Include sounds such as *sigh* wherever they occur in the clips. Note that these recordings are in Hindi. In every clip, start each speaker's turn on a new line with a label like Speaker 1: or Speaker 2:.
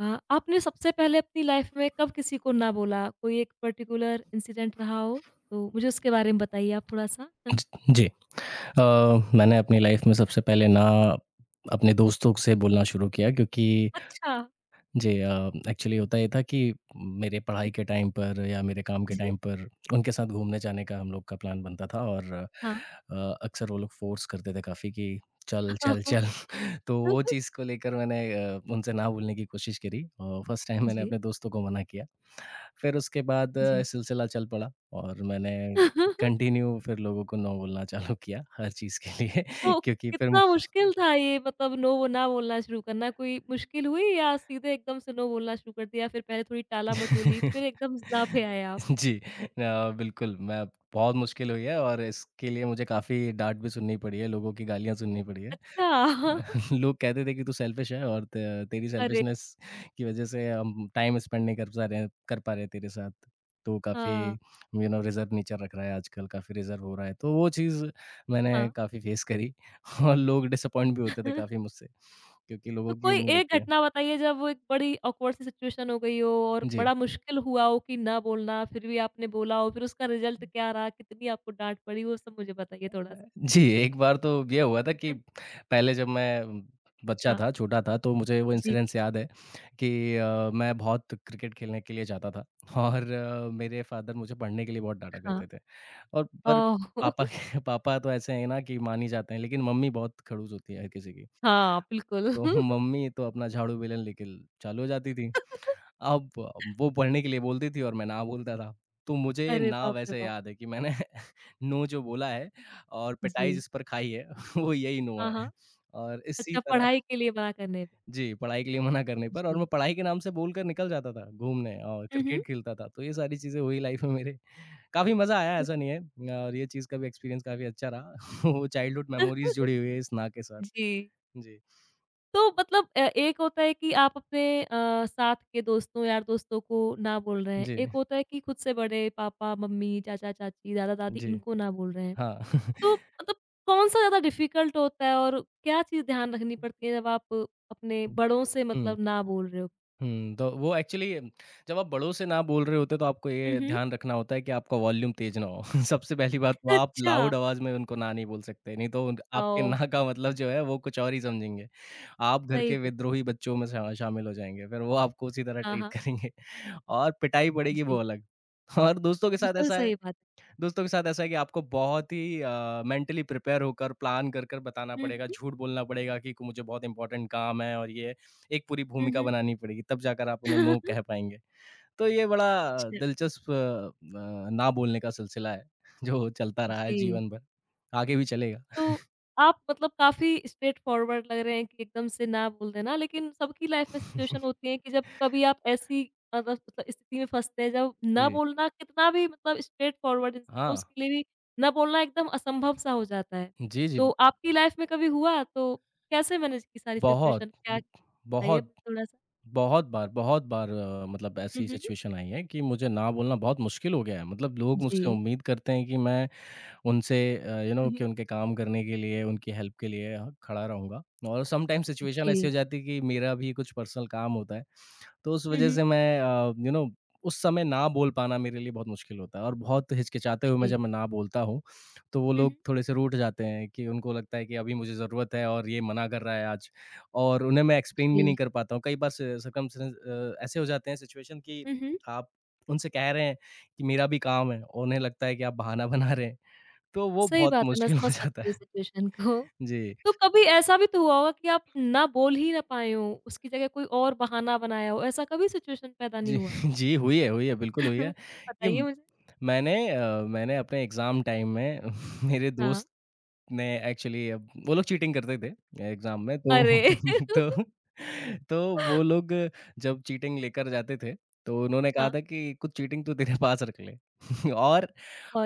Speaker 1: आपने सबसे पहले अपनी लाइफ में कब किसी को ना बोला? कोई एक पर्टिकुलर इंसिडेंट रहा हो? तो मुझे उसके बारे में बताइए आप थोड़ा-सा।
Speaker 2: ज जी। मैंने अपनी लाइफ़ में सबसे पहले ना अपने दोस्तों से बोलना शुरू किया क्योंकि
Speaker 1: अच्छा।
Speaker 2: जी। एक्चुअली होता ये था कि मेरे
Speaker 1: जी,
Speaker 2: पढ़ाई के टाइम पर या मेरे काम के टाइम पर उनके साथ घूमने जाने का हम लोग का प्लान बनता था और
Speaker 1: हाँ।
Speaker 2: अक्सर वो लोग फ़ोर्स करते थे काफ़ी कि चल, चल,
Speaker 1: *laughs*
Speaker 2: चल। तो वो चीज़ को लेकर मैंने उनसे ना बोलने की कोशिश करी और फर्स्ट टाइम मैंने
Speaker 1: जी,
Speaker 2: अपने दोस्तों को मना किया। फिर उसके बाद
Speaker 1: जी।
Speaker 2: सिलसिला चल पड़ा और मैंने
Speaker 1: *laughs*
Speaker 2: कंटिन्यू फिर लोगों को नो बोलना चालू किया हर चीज़ के लिए *laughs*
Speaker 1: तो
Speaker 2: क्योंकि फिर
Speaker 1: कितना मुश्किल था ये मतलब नो ना बोलना शुरू करना? कोई मुश्किल हुई या सीधे एकदम से नो बोलना शुरू कर दिया? फिर पहले थोड़ी टाला-मटोली फिर
Speaker 2: *laughs*
Speaker 1: एकदम ना पे आए आप?
Speaker 2: जी। बिल्कुल, मैं बहुत मुश्किल हुई है और इसके लिए मुझे काफ़ी डाँट भी सुननी पड़ी है, लोगों की गालियाँ सुननी पड़ी है।
Speaker 1: अच्छा। *laughs*
Speaker 2: *laughs* लोग कहते थे कि तू सेल्फ़िश है और त तेरी
Speaker 1: अरे!
Speaker 2: सेल्फ़िशनेस की वज़ह से हम टाइम स्पेंड नहीं कर पा रहे हैं तेरे साथ। तू काफ़ी
Speaker 1: हाँ,
Speaker 2: यू नो रिज़र्व नेचर रख रहा है आजकल, काफ़ी रिज़र्व हो रहा है। तो वो चीज़ मैंने
Speaker 1: हाँ।
Speaker 2: काफ़ी फ़ेस करी। *laughs* और लोग डिसअपॉइंट भी होते थे काफ़ी
Speaker 1: *laughs*
Speaker 2: मुझसे, क्योंकि
Speaker 1: तो
Speaker 2: लोगों की
Speaker 1: कोई
Speaker 2: उम्मीद
Speaker 1: एक
Speaker 2: होती है।
Speaker 1: घटना बताइए जब वो एक बड़ी ऑकवर्ड सी सिचुएशन हो गई हो और
Speaker 2: जी।
Speaker 1: बड़ा मुश्किल हुआ हो कि ना बोलना, फिर भी आपने बोला हो, फिर उसका रिजल्ट क्या रहा, कितनी आपको डाँट पड़ी, वो सब मुझे बताइए थोड़ा-सा?
Speaker 2: जी, एक बार तो ये हुआ था कि
Speaker 1: *laughs*
Speaker 2: पहले जब मैं बच्चा
Speaker 1: हाँ।
Speaker 2: था, छोटा था, तो मुझे वो
Speaker 1: जी,
Speaker 2: इंसिडेंट्स याद है कि मैं बहुत क्रिकेट खेलने के लिए जाता था *laughs* और मेरे फ़ादर मुझे पढ़ने के लिए बहुत डाँटा करते
Speaker 1: हाँ।
Speaker 2: थे और पर
Speaker 1: ओह!
Speaker 2: पापा के
Speaker 1: *laughs*
Speaker 2: *laughs* पापा तो ऐसे हैं ना कि मान ही जाते हैं, लेकिन मम्मी बहुत खड़ूस होती है हर किसी की।
Speaker 1: हाँ, बिल्कुल।
Speaker 2: तो मम्मी तो अपना झाड़ू-बेलन लेके ल चालू हो जाती थी।
Speaker 1: *laughs*
Speaker 2: अब वो पढ़ने के लिए बोलती थी और मैं ना बोलता था। तो मुझे
Speaker 1: अरे
Speaker 2: ना
Speaker 1: बाप रे
Speaker 2: वैसे
Speaker 1: बाप!
Speaker 2: याद है कि मैंने *laughs* नो जो बोला है और पिटाई
Speaker 1: जी।
Speaker 2: जिस पर खाई है, *laughs* वो यही नो
Speaker 1: हाँ,
Speaker 2: है।
Speaker 1: हाँ।
Speaker 2: और इसी
Speaker 1: अच्छा,
Speaker 2: तरह
Speaker 1: पढ़ाई के लिए मना करने पे।
Speaker 2: जी, पढ़ाई के लिए मना करने पर और
Speaker 1: जी।
Speaker 2: मैं पढ़ाई के नाम से बोलकर निकल जाता था घूमने और
Speaker 1: हुँ, हुँ।
Speaker 2: क्रिकेट खेलता था। तो ये सारी चीज़ें हुई लाइफ़ में मेरे। काफ़ी मज़ा आया ऐसा नहीं है और ये चीज़ का भी एक्सपीरियंस काफ़ी अच्छा रहा। *laughs* वो चाइल्डहुड मेमोरीज़
Speaker 1: *laughs*
Speaker 2: जुड़ी हुई है इस ना के साथ।
Speaker 1: जी।
Speaker 2: जी।
Speaker 1: तो मतलब एक होता है कि आप अपने साथ के दोस्तों, यार-दोस्तों को ना बोल रहे हैं।
Speaker 2: जी,
Speaker 1: एक होता है कि खुद से बड़े पापा, मम्मी, चाचा-चाची, दादा-दादी
Speaker 2: जी।
Speaker 1: इनको ना बोल रहे हैं।
Speaker 2: हाँ।
Speaker 1: तो मतलब कौन-सा ज़्यादा डिफ़िकल्ट होता है और क्या चीज़ ध्यान रखनी
Speaker 2: *laughs*
Speaker 1: पड़ती है जब आप अपने बड़ों से
Speaker 2: हुँ।
Speaker 1: मतलब ना बोल रहे हो?
Speaker 2: हुँ, तो वो एक्चुअली जब आप बड़ों से ना बोल रहे होते, तो आपको
Speaker 1: हुँ,
Speaker 2: ये
Speaker 1: हुँ।
Speaker 2: ध्यान रखना होता है कि आपका वॉल्यूम तेज़ ना हो। *laughs* सबसे पहली बात तो आप
Speaker 1: अच्छा।
Speaker 2: लाउड आवाज़ में उनको ना नहीं बोल सकते, नहीं तो उन आपके
Speaker 1: ओह!
Speaker 2: ना का मतलब जो है, वो कुछ और ही समझेंगे। आप घर
Speaker 1: सही
Speaker 2: के
Speaker 1: बात।
Speaker 2: विद्रोही बच्चों में शा शामिल हो जाएँगे, फिर वो आपको उसी तरह
Speaker 1: हाँ,
Speaker 2: ट्रीट
Speaker 1: हाँ।
Speaker 2: करेंगे। *laughs* और पिटाई पड़ेगी
Speaker 1: जी।
Speaker 2: वो अलग। और
Speaker 1: बिल्कुल सही बात है।
Speaker 2: दोस्तों के साथ ऐसा है कि आपको बहुत ही मेंटली प्रिपेयर होकर प्लान कर कर बताना
Speaker 1: हुँ,
Speaker 2: पड़ेगा,
Speaker 1: हुँ।
Speaker 2: झूठ बोलना पड़ेगा कि मुझे बहुत इंपॉर्टेंट काम है और ये एक पूरी
Speaker 1: हुँ,
Speaker 2: भूमिका
Speaker 1: हुँ।
Speaker 2: बनानी पड़ेगी, तब जाकर आप उन्हें नो कह
Speaker 1: *laughs*
Speaker 2: पाएंगे। तो ये बड़ा
Speaker 1: अच्छा।
Speaker 2: दिलचस्प ना बोलने का सिलसिला है *laughs* जो चलता रहा है
Speaker 1: जी।
Speaker 2: जीवन भर, आगे भी चलेगा।
Speaker 1: तो आप मतलब काफ़ी स्ट्रेट फॉरवर्ड लग रहे हैं कि एकदम से ना बोल देना, लेकिन सबकी लाइफ में सिचुएशन
Speaker 2: *laughs*
Speaker 1: होती है कि जब कभी आप ऐसी मतलब स्थिति में फँसते हैं जब ना
Speaker 2: जी।
Speaker 1: बोलना कितना भी मतलब स्ट्रेट फॉरवर्ड इंसान हो
Speaker 2: हाँ।
Speaker 1: उसके लिए भी ना बोलना एकदम असंभव सा हो जाता है।
Speaker 2: जी, जी।
Speaker 1: तो आपकी लाइफ में कभी हुआ? तो कैसे मैनेज की सारी सिचुएशन?
Speaker 2: बहुत
Speaker 1: क्या
Speaker 2: ब-
Speaker 1: बताइए
Speaker 2: बहुत
Speaker 1: थोड़ा-सा?
Speaker 2: बहुत बार मतलब
Speaker 1: हुँ,
Speaker 2: ऐसी
Speaker 1: हुँ।
Speaker 2: सिचुएशन आई है कि मुझे ना बोलना बहुत मुश्किल हो गया है, मतलब लोग मुझसे
Speaker 1: जी।
Speaker 2: उम्मीद करते हैं कि मैं उनसे यू नो
Speaker 1: हुँ, हुँ।
Speaker 2: कि उनके काम करने के लिए, उनकी हेल्प के लिए ह खड़ा रहूँगा और समटाइम सिचुएशन ऐसी हो
Speaker 1: जी।
Speaker 2: जाती है कि मेरा भी कुछ पर्सनल काम होता है, तो उस
Speaker 1: हुँ,
Speaker 2: वजह
Speaker 1: हुँ।
Speaker 2: से मैं यू नो उस समय ना बोल पाना मेरे लिए बहुत मुश्किल होता है और बहुत हिचकिचाते हुए मैं
Speaker 1: जी।
Speaker 2: जब मैं ना बोलता हूँ, तो वो
Speaker 1: हुँ,
Speaker 2: लोग
Speaker 1: हुँ।
Speaker 2: थोड़े से रूठ जाते हैं कि उनको लगता है कि अभी मुझे ज़रूरत है और ये मना कर रहा है आज, और उन्हें मैं एक्सप्लेन भी
Speaker 1: जी।
Speaker 2: नहीं कर पाता हूँ। कई बार सि सर्कमस्टेंस ऐसे हो जाते हैं सिचुएशन कि
Speaker 1: हुँ, हुँ।
Speaker 2: आप उनसे कह रहे हैं कि मेरा भी काम है और उन्हें लगता है कि आप बहाना बना रहे हैं। तो वो
Speaker 1: सही
Speaker 2: बहुत
Speaker 1: बात है, मैं
Speaker 2: मुश्किल
Speaker 1: समझ
Speaker 2: हो जाता
Speaker 1: सकती हूँ
Speaker 2: है।
Speaker 1: सिचुएशन को।
Speaker 2: जी।
Speaker 1: तो कभी ऐसा भी तो हुआ होगा कि आप ना बोल ही ना पाए हों, उसकी जगह कोई और बहाना बनाया हो, ऐसा कभी सिचुएशन पैदा नहीं
Speaker 2: जी,
Speaker 1: हुआ?
Speaker 2: *laughs* जी, हुई है, बिल्कुल हुई है
Speaker 1: *laughs*
Speaker 2: कि
Speaker 1: बताइए मुझे?
Speaker 2: मैंने अपने एग्ज़ाम टाइम में *laughs* मेरे
Speaker 1: हाँ।
Speaker 2: दोस्त ने एक्चुअली, अब वो लोग चीटिंग करते थे एग्ज़ाम में तो
Speaker 1: अरे!
Speaker 2: *laughs* तो तो वो
Speaker 1: *laughs*
Speaker 2: लोग जब चीटिंग लेकर जाते थे, तो उन्होंने कहा
Speaker 1: हाँ,
Speaker 2: था कि कुछ चीटिंग तू तेरे पास रख ले। *laughs* और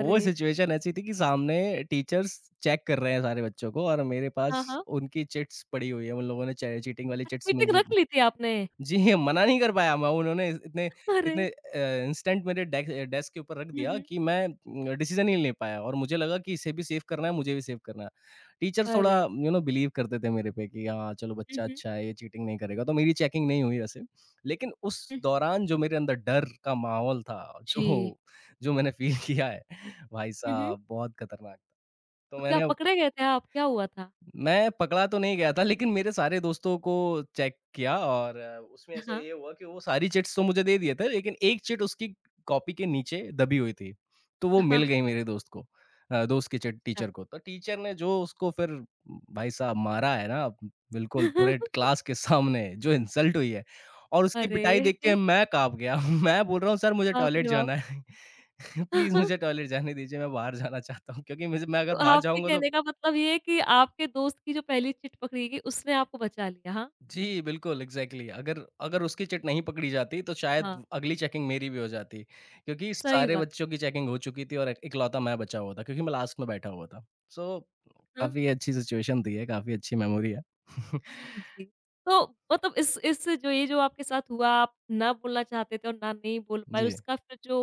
Speaker 2: वो सिचुएशन ऐसी थी कि सामने टीचर्स चेक कर रहे हैं सारे बच्चों को और मेरे
Speaker 1: हाँ,
Speaker 2: पास
Speaker 1: हाँ।
Speaker 2: उनकी चिट्स पड़ी हुई है। उन लोगों ने चे चीटिंग वाली
Speaker 1: अच्छा
Speaker 2: चिट्स
Speaker 1: मीटिंग
Speaker 2: मुझे
Speaker 1: रख ली थी आपने?
Speaker 2: जी, *laughs* मना नहीं कर पाया मैं, उन्होंने इतने
Speaker 1: *laughs* अरे!
Speaker 2: इतने इंस्टेंट मेरे डेस्क डेस्क के ऊपर रख
Speaker 1: हुँ,
Speaker 2: दिया
Speaker 1: हुँ।
Speaker 2: कि मैं डिसीज़न ही नहीं ले पाया और मुझे लगा कि इसे भी सेव करना है, मुझे भी सेव करना है। टीचर थोड़ा
Speaker 1: अरे!
Speaker 2: यू नो बिलीव करते थे मेरे पे कि हाँ, चलो
Speaker 1: हुँ,
Speaker 2: बच्चा
Speaker 1: हुँ,
Speaker 2: अच्छा है, ये चीटिंग नहीं करेगा, तो मेरी चेकिंग नहीं हुई वैसे। लेकिन उस
Speaker 1: हुँ, हुँ।
Speaker 2: दौरान जो मेरे अंदर डर का माहौल था,
Speaker 1: जी।
Speaker 2: जो जो मैंने फ़ील *laughs* किया है, भाई
Speaker 1: हुँ, हुँ।
Speaker 2: साहब बहुत खतरनाक था। तो
Speaker 1: तो क्या
Speaker 2: मैंने
Speaker 1: पकड़े गए थे आप? क्या हुआ था?
Speaker 2: मैं पकड़ा तो नहीं गया था, लेकिन मेरे सारे दोस्तों को चेक किया और उसमें ऐसा
Speaker 1: हाँ।
Speaker 2: ये हुआ कि वो सारी चिट्स तो मुझे दे दिए थे, लेकिन एक चिट उसकी कॉपी के नीचे दबी हुई थी, तो वो
Speaker 1: हाँ,
Speaker 2: मिल
Speaker 1: हाँ।
Speaker 2: गई मेरे दोस्त को दोस्त की चिट
Speaker 1: अच्छा।
Speaker 2: टीचर को। तो टीचर ने जो उसको फिर भाई साहब मारा है ना, बिल्कुल पूरे
Speaker 1: *laughs*
Speaker 2: क्लास के सामने जो इंसल्ट हुई है और उसकी पिटाई देख के
Speaker 1: अरे!
Speaker 2: मैं काँप गया। *laughs* मैं बोल रहा हूँ, सर मुझे
Speaker 1: बाप
Speaker 2: टॉयलेट
Speaker 1: रे बाप!
Speaker 2: जाना है, *laughs* प्लीज़ मुझे
Speaker 1: *laughs*
Speaker 2: टॉयलेट जाने दीजिए, मैं बाहर जाना चाहता हूँ क्योंकि मुझे मैं अगर
Speaker 1: तो
Speaker 2: बाहर
Speaker 1: आपके
Speaker 2: जाऊँगा तो
Speaker 1: कहने का मतलब ये है कि आपके दोस्त की जो पहली चिट पकड़ी गई उसने आपको बचा लिया, हाँ?
Speaker 2: जी, बिल्कुल, एग्ज़ैक्टली, अगर अगर उसकी चिट नहीं पकड़ी जाती तो
Speaker 1: हाँ,
Speaker 2: शायद अगली चेकिंग मेरी भी हो जाती, क्योंकि
Speaker 1: सही
Speaker 2: सारे
Speaker 1: बात।
Speaker 2: बच्चों की चेकिंग हो चुकी थी और इकलौता मैं बचा हुआ था क्योंकि मैं लास्ट में बैठा हुआ था।
Speaker 1: हाँ,
Speaker 2: काफ़ी अच्छी सिचुएशन थी ये, काफ़ी अच्छी मेमोरी है। *laughs*
Speaker 1: जी। तो मतलब इस जो ये जो आपके साथ हुआ आप ना बोलना चाहते थे और ना नहीं बोल पाए
Speaker 2: जी।
Speaker 1: उसका फिर जो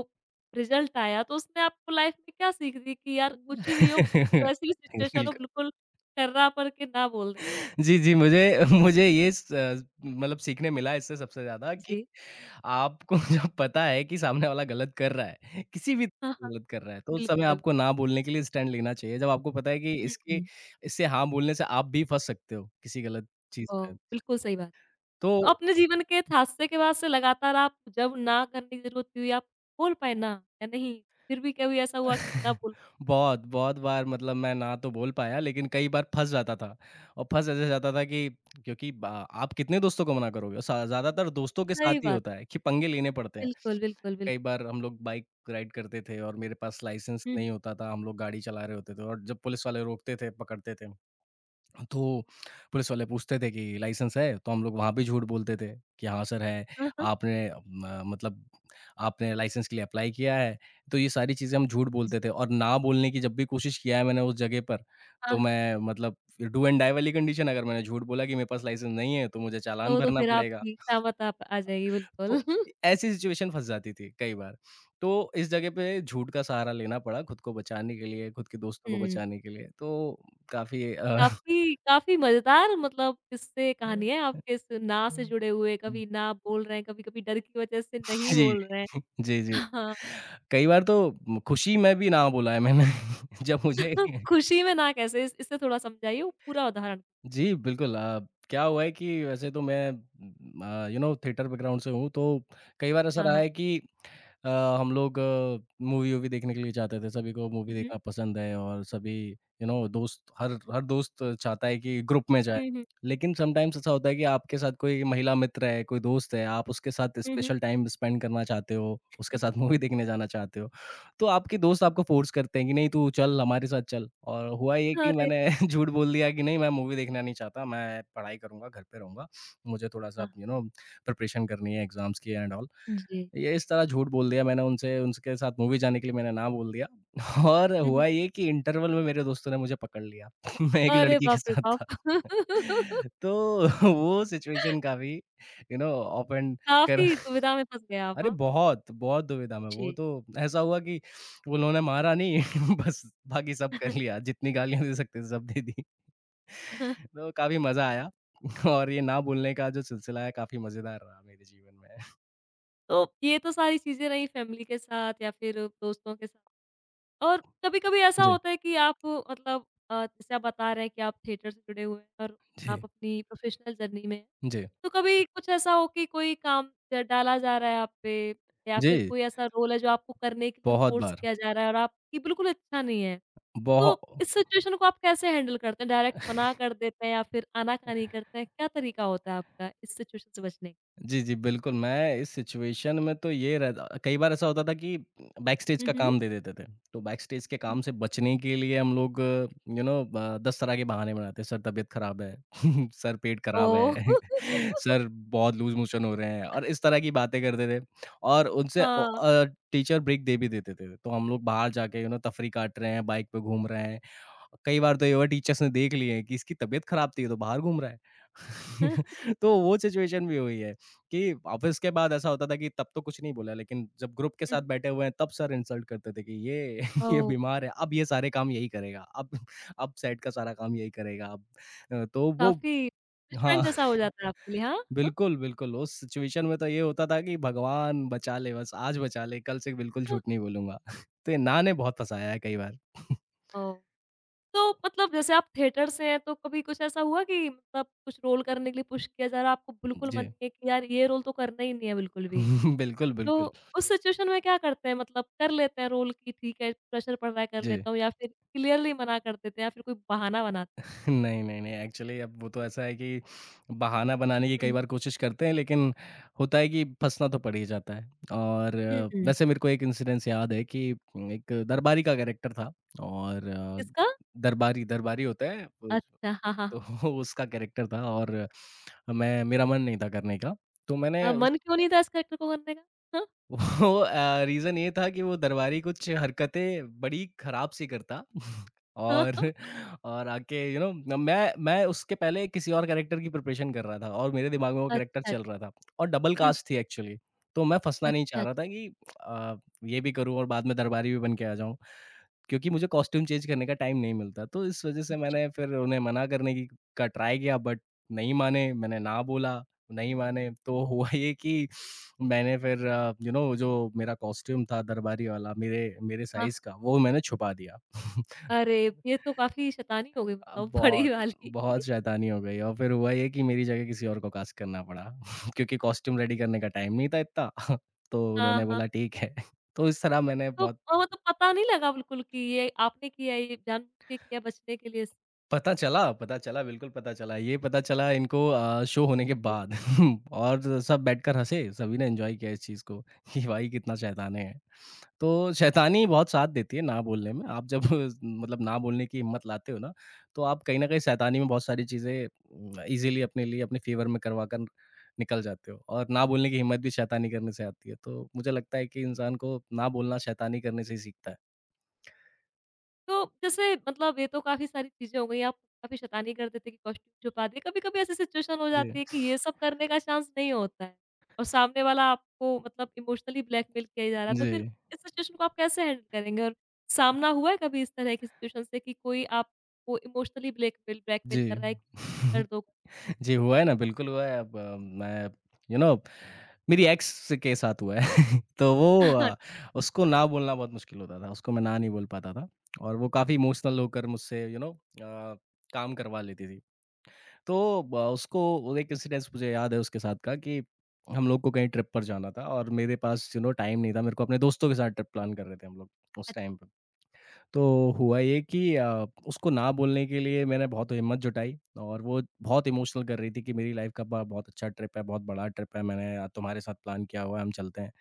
Speaker 1: रिज़ल्ट आया तो उसने आपको लाइफ़ में क्या सीख दी कि यार कुछ भी हो,
Speaker 2: *laughs*
Speaker 1: कैसी भी सिचुएशन
Speaker 2: बिल्कुल।
Speaker 1: हो बिल्कुल कर्रा पर के ना बोल दें?
Speaker 2: जी, जी, मुझे मुझे ये स मतलब सीखने मिला इससे सबसे ज़्यादा कि
Speaker 1: जी।
Speaker 2: आपको *laughs* जब पता है कि सामने वाला गलत कर रहा है, किसी भी तरह
Speaker 1: हाँ, हाँ,
Speaker 2: से गलत कर रहा है, तो उस समय
Speaker 1: बिल्कुल।
Speaker 2: आपको ना बोलने के लिए स्टैंड लेना चाहिए। जब आपको पता है कि
Speaker 1: हुँ,
Speaker 2: इसके
Speaker 1: हुँ।
Speaker 2: इससे हाँ बोलने से आप भी फँस सकते हो, किसी गलत चीज़
Speaker 1: ओह!
Speaker 2: में।
Speaker 1: बिल्कुल सही बात।
Speaker 2: तो
Speaker 1: तो अपने जीवन के एक हादसे के बाद से लगातार आप जब ना करने की ज़रूरत हुई, आप बोल पाए ना या नहीं? फिर भी कभी ऐसा हुआ कि ना
Speaker 2: *laughs*
Speaker 1: बोल
Speaker 2: बहुत, बहुत बार मतलब मैं ना तो बोल पाया, लेकिन कई बार फँस जाता था और फँस ऐसे जाता था कि क्योंकि ब आप कितने दोस्तों को मना करोगे? और सा ज़्यादातर दोस्तों के साथ
Speaker 1: सही
Speaker 2: ही
Speaker 1: बात,
Speaker 2: होता है कि पंगे लेने पड़ते हैं।
Speaker 1: बिल्कुल, बिल्कुल,
Speaker 2: कई
Speaker 1: बिल्कुल।
Speaker 2: बार हम लोग बाइक राइड करते थे और मेरे पास लाइसेंस
Speaker 1: हुँ,
Speaker 2: नहीं होता था, हम लोग गाड़ी चला रहे होते थे और जब पुलिस वाले रोकते थे, पकड़ते थे, तो पुलिस वाले पूछते थे कि लाइसेंस है? तो हम लोग वहाँ भी झूठ बोलते थे कि हाँ सर है,
Speaker 1: हाँ, हाँ।
Speaker 2: आपने म मतलब आपने लाइसेंस के लिए अप्लाई किया है, तो ये सारी चीज़ें हम झूठ
Speaker 1: जी।
Speaker 2: बोलते थे और ना बोलने की जब भी कोशिश किया है मैंने उस जगह पर,
Speaker 1: हाँ,
Speaker 2: तो
Speaker 1: हाँ।
Speaker 2: मैं मतलब डू एंड डाई वाली कंडीशन, अगर मैंने झूठ बोला कि मेरे पास लाइसेंस नहीं है, तो मुझे चालान
Speaker 1: तो
Speaker 2: भरना
Speaker 1: फिर
Speaker 2: पड़ेगा।
Speaker 1: आपकी शामत आप आ जाएगी बिल्कुल।
Speaker 2: तो
Speaker 1: *laughs*
Speaker 2: ऐसी सिचुएशन फँस जाती थी कई बार। तो इस जगह पे झूठ का सहारा लेना पड़ा खुद को बचाने के लिए, खुद के दोस्तों को
Speaker 1: हुँ,
Speaker 2: बचाने के लिए। तो काफ़ी
Speaker 1: काफ़ी काफ़ी मज़ेदार मतलब किस्से कहानी है आपके इस ना से जुड़े हुए, कभी ना बोल रहे हैं, कभी-कभी डर की वजह से नहीं
Speaker 2: जी।
Speaker 1: बोल रहे हैं।
Speaker 2: जी, जी।
Speaker 1: हाँ,
Speaker 2: कई बार तो खुशी में भी ना बोला है मैंने। *laughs* जब मुझे
Speaker 1: *laughs* खुशी में ना कैसे इस इसे थोड़ा समझाइए वो पूरा उदाहरण?
Speaker 2: जी, बिल्कुल, क्या हुआ है कि वैसे तो मैं यू नो थिएटर बैकग्राउंड से हूँ, तो कई बार ऐसा
Speaker 1: हाँ,
Speaker 2: रहा
Speaker 1: हाँ।
Speaker 2: है कि अ, हम लोग मूवी-वूवी देखने के लिए जाते थे, सभी को मूवी
Speaker 1: हुँ, हुँ।
Speaker 2: देखना पसंद है और सभी यू नो दोस्त, हर हर दोस्त चाहता है कि ग्रुप में जाए।
Speaker 1: हुँ, हुँ।
Speaker 2: लेकिन समटाइम्स ऐसा होता है कि आपके साथ कोई महिला मित्र है, कोई दोस्त है, आप उसके साथ
Speaker 1: हुँ, हुँ।
Speaker 2: स्पेशल टाइम स्पेंड करना चाहते हो, उसके साथ *laughs* मूवी देखने जाना चाहते हो। तो आपके दोस्त आपको फ़ोर्स करते हैं कि नहीं तू चल हमारे साथ चल, और हुआ ये कि
Speaker 1: अरे!
Speaker 2: मैंने *laughs* झूठ बोल दिया कि नहीं मैं मूवी देखना नहीं चाहता, मैं पढ़ाई करूँगा, घर पे रहूँगा, मुझे थोड़ा-सा
Speaker 1: हाँ,
Speaker 2: यू नो प्रिपरेशन करनी है एग्ज़ाम्स की एंड ऑल।
Speaker 1: हाँ। जी।
Speaker 2: ये इस तरह झूठ बोल दिया मैंने उनसे, उनके साथ मूवी जाने के लिए मैंने ना बोल दिया। *laughs* और
Speaker 1: हुँ, हुँ।
Speaker 2: हुआ ये कि इंटरवल में मेरे दोस्तों ने मुझे पकड़ लिया। *laughs* मैं एक
Speaker 1: अरे
Speaker 2: लड़की के
Speaker 1: बाप रे
Speaker 2: साथ
Speaker 1: बाप!
Speaker 2: था।
Speaker 1: *laughs*
Speaker 2: *laughs* तो *laughs* वो सिचुएशन काफ़ी यू नो ऑफेंड कर
Speaker 1: काफ़ी दुविधा में फँस गए आप,
Speaker 2: अरे
Speaker 1: हाँ।
Speaker 2: बहुत, बहुत दुविधा में, वो
Speaker 1: जी।
Speaker 2: तो ऐसा हुआ कि उन्होंने मारा नहीं। *laughs* बस बाकी सब कर लिया,
Speaker 1: *laughs*
Speaker 2: जितनी गालियाँ दे सकते थे सब दे दी। तो काफ़ी मज़ा आया *laughs* और ये ना भूलने का जो सिलसिला है काफ़ी मज़ेदार रहा मेरे जीवन में। *laughs*
Speaker 1: तो ये तो सारी चीज़ें रहीं फ़ैमिली के साथ या फिर दोस्तों के साथ और कभी-कभी ऐसा
Speaker 2: जी,
Speaker 1: होता है कि आप मतलब जैसे आप बता रहे हैं कि आप थिएटर से जुड़े हुए हैं और
Speaker 2: जी,
Speaker 1: आप अपनी प्रोफ़ेशनल जर्नी में हैं।
Speaker 2: जी।
Speaker 1: तो कभी कुछ ऐसा हो कि कोई काम ड डाला जा रहा है आप पे या फिर
Speaker 2: जी,
Speaker 1: कोई ऐसा रोल है जो आपको करने के लिए
Speaker 2: बहुत
Speaker 1: फ़ोर्स
Speaker 2: बार,
Speaker 1: किया जा रहा है और आपकी बिल्कुल इच्छा नहीं है? तो
Speaker 2: बहु
Speaker 1: इस सिचुएशन को आप कैसे हैंडल करते हैं? डायरेक्ट मना कर देते हैं या फिर आनाकानी करते हैं? क्या तरीका होता है आपका इस सिचुएशन से बचने का?
Speaker 2: जी, जी, बिल्कुल, मैं इस सिचुएशन में तो ये रहता कई बार ऐसा होता था कि बैकस्टेज
Speaker 1: हुँ,
Speaker 2: का
Speaker 1: हुँ।
Speaker 2: काम दे देते थे। तो बैकस्टेज के
Speaker 1: हुँ,
Speaker 2: काम
Speaker 1: हुँ।
Speaker 2: से बचने के लिए हम लोग 10 तरह के बहाने बनाते हैं, सर तबीयत खराब है, *laughs* सर पेट खराब
Speaker 1: ओह!
Speaker 2: है,
Speaker 1: *laughs*
Speaker 2: *laughs* सर बहुत लूज़ मोशन हो रहे हैं और इस तरह की बातें करते थे। और उनसे
Speaker 1: हाँ।
Speaker 2: टीचर ब्रेक दे भी देते थे। तो हम लोग बाहर जाके तफरी काट रहे हैं, बाइक पे घूम रहे हैं। कई बार तो ये हुआ टीचर्स ने देख लिए हैं कि इसकी तबीयत खराब थी, ये तो बाहर घूम रहा है।
Speaker 1: *laughs* हुँ,
Speaker 2: *laughs* तो वो सिचुएशन भी हुई है कि ऑफिस के बाद ऐसा होता था कि तब तो कुछ नहीं बोला, लेकिन जब ग्रुप के
Speaker 1: हुँ।
Speaker 2: साथ बैठे हुए हैं तब सर इंसल्ट करते थे कि ये *laughs* ये
Speaker 1: ओह!
Speaker 2: बीमार है, अब ये सारे काम यही करेगा, अब सेट का सारा काम यही करेगा अब। तो वो
Speaker 1: काफ़ी दुश्मन
Speaker 2: हाँ,
Speaker 1: जैसा हो
Speaker 2: *laughs*
Speaker 1: जाता है आपके लिए, हाँ?
Speaker 2: बिल्कुल, बिल्कुल, उस सिचुएशन में तो ये होता था कि भगवान बचा ले बस, आज बचा ले, कल से बिल्कुल झूठ
Speaker 1: *laughs*
Speaker 2: नहीं बोलूँगा। *laughs* तो ये ना ने बहुत फँसाया है कई बार। *laughs*
Speaker 1: ओह! तो मतलब जैसे आप थिएटर से हैं तो कभी कुछ ऐसा हुआ कि मतलब कुछ रोल करने के लिए पुश किया जा रहा है, आपको बिल्कुल मन
Speaker 2: जी।
Speaker 1: नहीं है कि यार ये रोल तो करना ही नहीं है बिल्कुल भी?
Speaker 2: *laughs* बिल्कुल,
Speaker 1: तो
Speaker 2: बिल्कुल।
Speaker 1: उस सिचुएशन में क्या करते हैं मतलब कर लेते हैं रोल कि ठीक है, प्रेशर पड़ रहा है कर
Speaker 2: जी।
Speaker 1: लेता हूँ या फिर क्लियरली मना कर देते हैं या फिर कोई बहाना बनाते हैं?
Speaker 2: नहीं, नहीं, नहीं। एक्चुअली अब वो तो ऐसा है कि बहाना बनाने की कई
Speaker 1: हुँ,
Speaker 2: बार कोशिश करते हैं, लेकिन होता है कि फँसना तो पड़ ही जाता है। और
Speaker 1: हुँ, हुँ।
Speaker 2: वैसे मेरे को एक इंसिडेंस याद है कि एक दरबारी का कैरेक्टर था और
Speaker 1: किसका?
Speaker 2: दरबारी दरबारी होता है उस
Speaker 1: अच्छा, हाँ, हाँ,
Speaker 2: तो
Speaker 1: हाँ।
Speaker 2: *laughs* उसका कैरेक्टर था और मैं मेरा मन नहीं था करने का। तो मैंने उस
Speaker 1: मन क्यों नहीं था इस कैरेक्टर को करने का?
Speaker 2: वो रीज़न ये था कि वो दरबारी कुछ हरकतें बड़ी खराब सी करता *laughs* और आके मैं उसके पहले किसी और कैरेक्टर की प्रिपरेशन कर रहा था और मेरे दिमाग में वो
Speaker 1: अच्छा,
Speaker 2: कैरेक्टर चल रहा
Speaker 1: अच्छा।
Speaker 2: था और डबल
Speaker 1: हुँ,
Speaker 2: कास्ट थी एक्चुअली। तो मैं फँसना नहीं
Speaker 1: अच्छा,
Speaker 2: चाह
Speaker 1: अच्छा।
Speaker 2: रहा था कि अ, ये भी करूँ और बाद में दरबारी भी बन के आ जाऊँ। क्योंकि मुझे कॉस्ट्यूम चेंज करने का टाइम नहीं मिलता। तो इस वज़ह से
Speaker 1: जी।
Speaker 2: मैंने फिर उन्हें मना करने की का ट्राई किया बट नहीं माने, मैंने ना बोला। नहीं माने तो हुआ *laughs* ये कि मैंने फिर जो मेरा कॉस्ट्यूम था दरबारी वाला मेरे मेरे
Speaker 1: हाँ,
Speaker 2: साइज़
Speaker 1: हाँ।
Speaker 2: का वो मैंने छुपा दिया। *laughs*
Speaker 1: अरे! ये तो काफ़ी शैतानी हो गई मतलब *laughs* बड़ी
Speaker 2: बहुत
Speaker 1: वाली।
Speaker 2: बहुत शैतानी हो गई और फिर हुआ ये कि मेरी जगह किसी और को कास्ट करना पड़ा *laughs* क्योंकि कॉस्ट्यूम रेडी करने का टाइम नहीं था इतना *laughs* तो
Speaker 1: हाँ,
Speaker 2: उन्होंने
Speaker 1: हाँ।
Speaker 2: बोला ठीक है। *laughs* तो इस तरह मैंने
Speaker 1: तो
Speaker 2: बहुत
Speaker 1: मतलब पता नहीं लगा बिल्कुल कि ये आपने किया है, ये जानबूझ के किया बचने के लिए?
Speaker 2: पता चला बिल्कुल पता चला। ये पता चला इनको शो होने के बाद *laughs* और सब बैठकर हँसे, सभी ने एन्जॉय किया इस चीज़ को कि भाई कितना शैतान है। तो शैतानी बहुत साथ देती है ना बोलने में। आप जब *laughs* मतलब ना बोलने की हिम्मत लाते हो ना, तो आप कहीं न कहीं शैतानी में बहुत सारी चीज़ें ईज़िली अपने लिए अपने फ़ेवर में करवा कर निकल जाते हो और ना बोलने की हिम्मत भी शैतानी करने से आती है। तो मुझे लगता है कि इंसान को ना बोलना शैतानी करने से ही सीखता है।
Speaker 1: तो जैसे मतलब ये तो काफ़ी सारी चीज़ें हो गई, आप काफ़ी शैतानी कर देते कि कॉस्ट्यूम छुपा दिए। कभी-कभी ऐसी सिचुएशन हो
Speaker 2: जी।
Speaker 1: जाती है कि ये सब करने का चांस नहीं होता है और सामने वाला आपको मतलब इमोशनली ब्लैकमेल किया ही जा रहा है, तो फिर
Speaker 2: जी।
Speaker 1: इस सिचुएशन को आप कैसे हैंडल करेंगे? और सामना हुआ है कभी इस तरह की सिचुएशन से कि कोई आपको इमोशनली ब्लैकमेल ब्लैकमेल
Speaker 2: जी।
Speaker 1: कर रहा है कि कर
Speaker 2: *laughs*
Speaker 1: दो?
Speaker 2: *laughs* जी, हुआ है ना, बिल्कुल हुआ है। अब मैं यू नो मेरी एक्स के साथ हुआ है। *laughs* तो वो अ,
Speaker 1: *laughs*
Speaker 2: उसको ना बोलना बहुत मुश्किल होता था, उसको मैं ना नहीं बोल पाता था और वो काफ़ी इमोशनल होकर मुझसे काम करवा लेती थी। तो ब उसको वो एक इंसिडेंस मुझे याद है उसके साथ का कि हम लोग को कहीं ट्रिप पर जाना था और मेरे पास टाइम नहीं था, मेरे को अपने दोस्तों के साथ ट्रिप प्लान कर रहे थे हम लोग उस
Speaker 1: अच्छा,
Speaker 2: टाइम पे। तो हुआ ये कि उसको ना बोलने के लिए मैंने बहुत हिम्मत जुटाई और वो बहुत इमोशनल कर रही थी कि मेरी लाइफ का ब बहुत अच्छा ट्रिप है, बहुत बड़ा ट्रिप है, मैंने तुम्हारे साथ प्लान किया हुआ है, हम चलते हैं।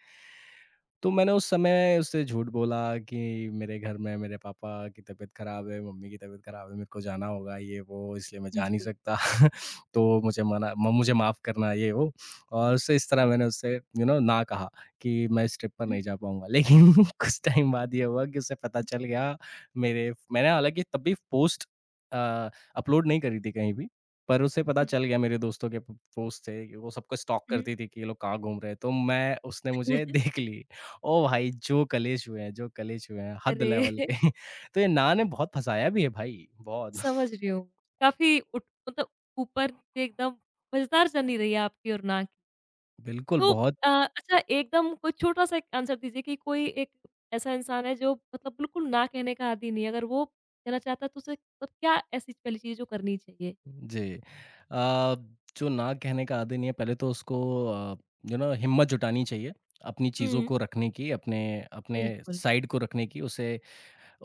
Speaker 2: तो मैंने उस समय उससे झूठ बोला कि मेरे घर में मेरे पापा की तबीयत ख़राब है, मम्मी की तबीयत ख़राब है, मेरे को जाना होगा ये वो इसलिए मैं जा नहीं
Speaker 1: जी।
Speaker 2: सकता *laughs* तो मुझे मना म मुझे माफ़ करना ये वो और उससे इस तरह मैंने उससे ना कहा कि मैं इस ट्रिप पर
Speaker 1: हुँ,
Speaker 2: नहीं जा पाऊँगा। लेकिन *laughs* कुछ टाइम बाद ये हुआ कि उसे पता चल गया मेरे मैंने हालाँकि तब भी पोस्ट अ, अपलोड नहीं करी थी कहीं भी, पर उसे पता
Speaker 1: हुँ,
Speaker 2: चल गया मेरे दोस्तों के प पोस्ट थे, कि वो सबको स्टॉक
Speaker 1: हुँ।
Speaker 2: करती थी कि ये लोग कहाँ घूम रहे हैं, तो मैं उसने मुझे *laughs* देख
Speaker 1: *laughs*
Speaker 2: ली। ओ भाई! जो कलेश हुए हैं जो कलेश हुए हैं, हद
Speaker 1: अरे!
Speaker 2: लेवल के। *laughs* तो ये ना ने बहुत फँसाया भी है भाई, बहुत।
Speaker 1: समझ
Speaker 2: *laughs*
Speaker 1: रही हूँ। काफ़ी उठ मतलब ऊपर-नीचे एकदम मज़ेदार जर्नी रही है आपकी और ना की।
Speaker 2: बिल्कुल,
Speaker 1: तो
Speaker 2: बहुत
Speaker 1: अच्छा एकदम कोई छोटा-सा एक आंसर दीजिए कि कोई एक ऐसा इंसान है जो मतलब बिल्कुल ना कहने का आदी नहीं है, अगर वो कहना चाहता है तो उसे पर क्या ऐसी पहली चीज़ है जो करनी चाहिए?
Speaker 2: जी। अ, जो ना कहने का आदी नहीं है, पहले तो उसको अ, हिम्मत जुटानी चाहिए, अपनी चीज़ों
Speaker 1: हुँ।
Speaker 2: को रखने की, अपने अपने
Speaker 1: बिल्कुल।
Speaker 2: साइड को रखने की, उसे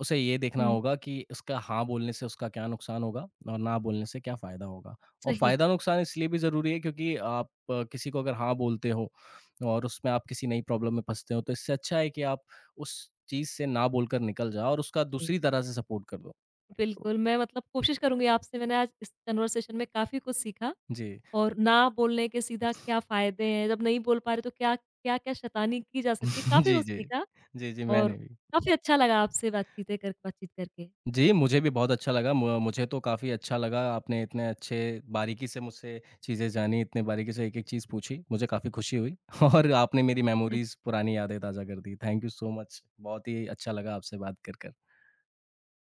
Speaker 2: उसे ये देखना
Speaker 1: हुँ।
Speaker 2: होगा कि उसका हाँ बोलने से उसका क्या नुकसान होगा और ना बोलने से क्या फ़ायदा होगा। और
Speaker 1: सही बात
Speaker 2: फ़ायदा नुकसान इसलिए भी ज़रूरी है क्योंकि आप किसी को अगर हाँ बोलते हो और उसमें आप किसी नई प्रॉब्लम में फँसते हो तो इससे अच्छा है कि आप उस चीज़ से ना बोलकर निकल जाओ और उसका
Speaker 1: है।
Speaker 2: दूसरी तरह से सपोर्ट कर दो। तो
Speaker 1: बिल्कुल, मैं मतलब कोशिश करूँगी आपसे मैंने आज इस कन्वर्सेशन में काफ़ी कुछ सीखा
Speaker 2: जी।
Speaker 1: और ना बोलने के सीधा क्या फ़ायदे हैं, जब नहीं बोल पा रहे तो क्या-क्या शैतानी की जा सकती है,
Speaker 2: *laughs*
Speaker 1: काफ़ी
Speaker 2: जी,
Speaker 1: कुछ
Speaker 2: जी।
Speaker 1: सीखा
Speaker 2: जी, जी,
Speaker 1: और
Speaker 2: मैंने भी।
Speaker 1: काफ़ी अच्छा लगा आपसे बातचीत करके।
Speaker 2: जी, मुझे भी बहुत अच्छा लगा। म मुझे तो काफ़ी अच्छा लगा, आपने इतने अच्छे बारीकी से मुझसे चीज़ें जानी, इतने बारीकी से एक-एक चीज़ पूछी। मुझे काफ़ी खुशी हुई *laughs* और आपने मेरी मेमोरीज़, पुरानी यादें ताज़ा कर दी। Thank you so much. बहुत ही अच्छा लगा आपसे बात कर।